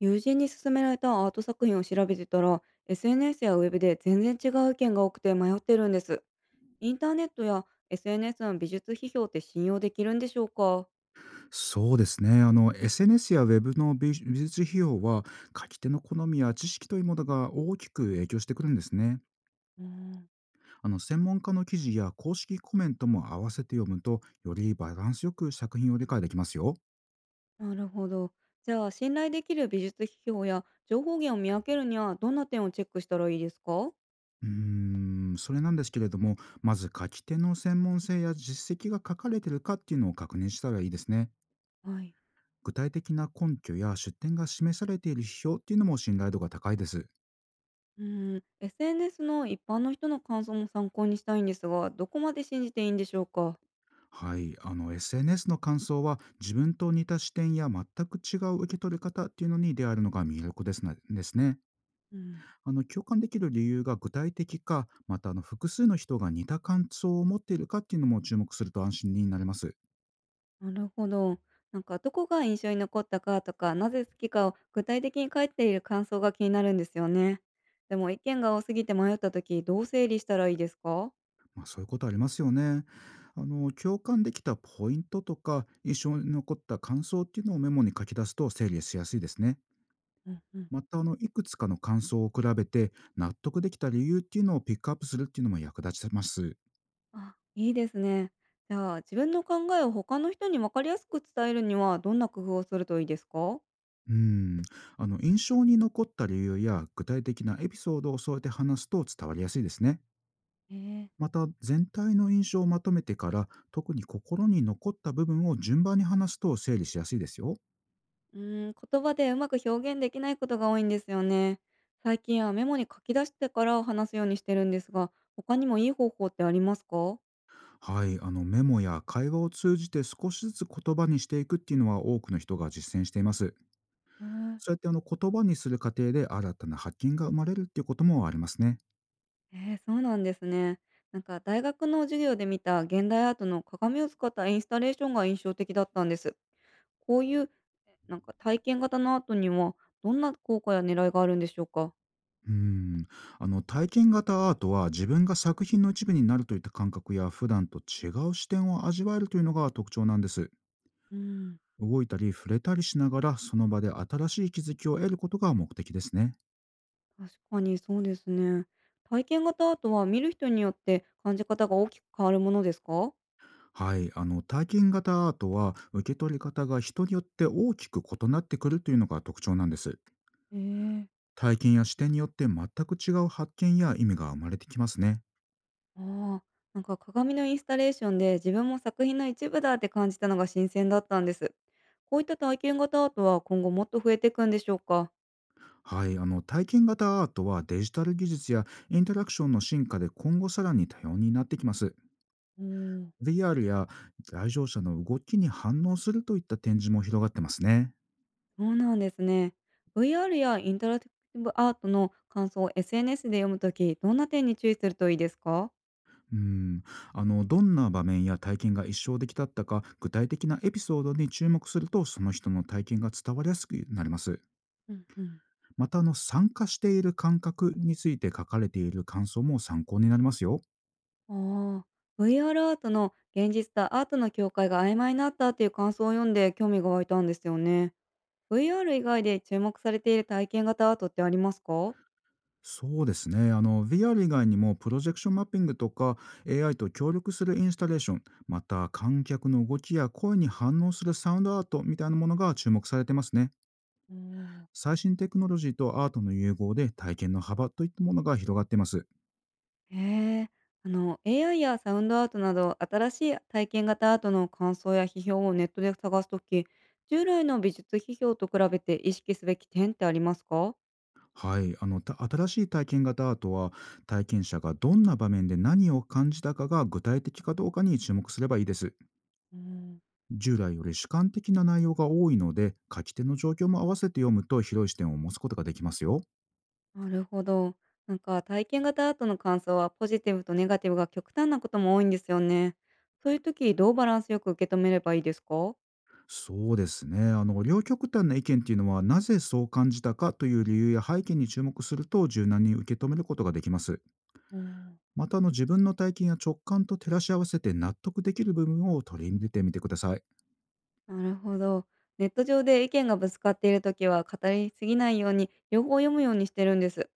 友人に勧められたアート作品を調べてたら SNS やウェブで全然違う意見が多くて迷ってるんです。インターネットや SNS の美術批評って信用できるんでしょうか？そうですね。SNS やウェブの美美術費用は、書き手の好みや知識というものが大きく影響してくるんですね。うん。専門家の記事や公式コメントも合わせて読むと、よりバランスよく作品を理解できますよ。なるほど。じゃあ信頼できる美術批評や情報源を見分けるにはどんな点をチェックしたらいいですか？うーん、それなんですけれども、まず書き手の専門性や実績が書かれてるかっていうのを確認したらいいですね。はい。具体的な根拠や出典が示されている批評っていうのも信頼度が高いです。うん、 SNS の一般の人の感想も参考にしたいんですがどこまで信じていいんでしょうか？はい、SNS の感想は自分と似た視点や全く違う受け取り方っていうのに出会えるのが魅力ですなですね。うん。共感できる理由が具体的か、また複数の人が似た感想を持っているかっていうのも注目すると安心になれます。なるほど。なんかどこが印象に残ったかとか、なぜ好きかを具体的に書いている感想が気になるんですよね。でも意見が多すぎて迷った時、どう整理したらいいですか？まあ、そういうことありますよね。共感できたポイントとか印象に残った感想っていうのをメモに書き出すと整理しやすいですね。うんうん。またいくつかの感想を比べて納得できた理由っていうのをピックアップするっていうのも役立ちます。あ、いいですね。じゃあ自分の考えを他の人に分かりやすく伝えるにはどんな工夫をするといいですか？うん、印象に残った理由や具体的なエピソードを添えて話すと伝わりやすいですね。えー、また、全体の印象をまとめてから特に心に残った部分を順番に話すと整理しやすいですよ。うーん、言葉でうまく表現できないことが多いんですよね。最近はメモに書き出してから話すようにしてるんですが、他にもいい方法ってありますか？はい、メモや会話を通じて少しずつ言葉にしていくっていうのは多くの人が実践しています。そうやって、言葉にする過程で新たな発見が生まれるっていうこともありますね。ええ、そうなんですね。なんか大学の授業で見た現代アートの鏡を使ったインスタレーションが印象的だったんです。こういうなんか体験型のアートにはどんな効果や狙いがあるんでしょうか？うん、体験型アートは自分が作品の一部になるといった感覚や普段と違う視点を味わえるというのが特徴なんです。うん。動いたり触れたりしながら、その場で新しい気づきを得ることが目的ですね。確かにそうですね。体験型アートは見る人によって感じ方が大きく変わるものですか？はい、体験型アートは受け取り方が人によって大きく異なってくるというのが特徴なんです。ええ。体験や視点によって全く違う発見や意味が生まれてきますね。ああ、なんか鏡のインスタレーションで自分も作品の一部だって感じたのが新鮮だったんです。こういった体験型アートは今後もっと増えていくんでしょうか？はい、体験型アートはデジタル技術やインタラクションの進化で、今後さらに多様になってきます。うーん、VR や来場者の動きに反応するといった展示も広がってますね。そうなんですね。VR やインタラクティブアートの感想を SNS で読むとき、どんな点に注意するといいですか？うん、どんな場面や体験が一生できたったか、具体的なエピソードに注目すると、その人の体験が伝わりやすくなります。うんうん。また参加している感覚について書かれている感想も参考になりますよ。ああ、VR アールアートの現実とアートの境界が曖昧になったっていう感想を読んで興味が湧いたんですよね。VR 以外で注目されている体験型アートってありますか？そうですね。VR 以外にも、プロジェクションマッピングとか、AI と協力するインスタレーション、また、観客の動きや声に反応するサウンドアートみたいなものが注目されてますね。ー最新テクノロジーとアートの融合で、体験の幅といったものが広がっています。へえ。AI やサウンドアートなど、新しい体験型アートの感想や批評をネットで探すとき、従来の美術批評と比べて意識すべき点ってありますか？はい。新しい体験型アートは、体験者がどんな場面で何を感じたかが具体的かどうかに注目すればいいです。うん。従来より主観的な内容が多いので、書き手の状況も合わせて読むと、広い視点を持つことができますよ。なるほど。なんか体験型アートの感想はポジティブとネガティブが極端なことも多いんですよね。そういう時どうバランスよく受け止めればいいですか？そうですね。両極端な意見っていうのは、なぜそう感じたかという理由や背景に注目すると、柔軟に受け止めることができます。うん。また自分の体験や直感と照らし合わせて、納得できる部分を取り入れてみてください。なるほど。ネット上で意見がぶつかっているときは語りすぎないように両方読むようにしてるんです。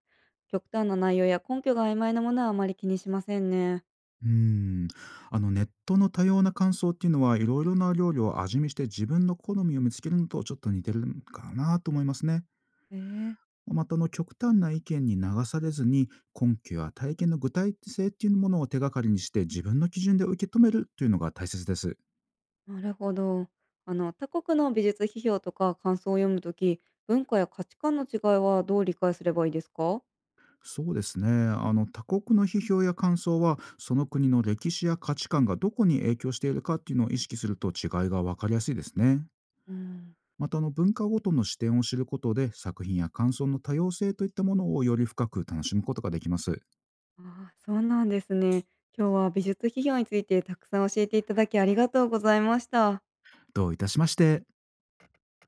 極端な内容や根拠が曖昧なものはあまり気にしませんね。うーん。ネットの多様な感想っていうのは、いろいろな料理を味見して自分の好みを見つけるのとちょっと似てるのかなと思いますね。えまた極端な意見に流されずに、根拠や体験の具体性っていうものを手がかりにして、自分の基準で受け止めるというのが大切です。なるほど。他国の美術批評とか感想を読むとき、文化や価値観の違いはどう理解すればいいですか？そうですね。他国の批評や感想は、その国の歴史や価値観がどこに影響しているかっていうのを意識すると、違いが分かりやすいですね。うん、また文化ごとの視点を知ることで、作品や感想の多様性といったものをより深く楽しむことができます。ああ、そうなんですね。今日は美術批評についてたくさん教えていただきありがとうございました。どういたしまして。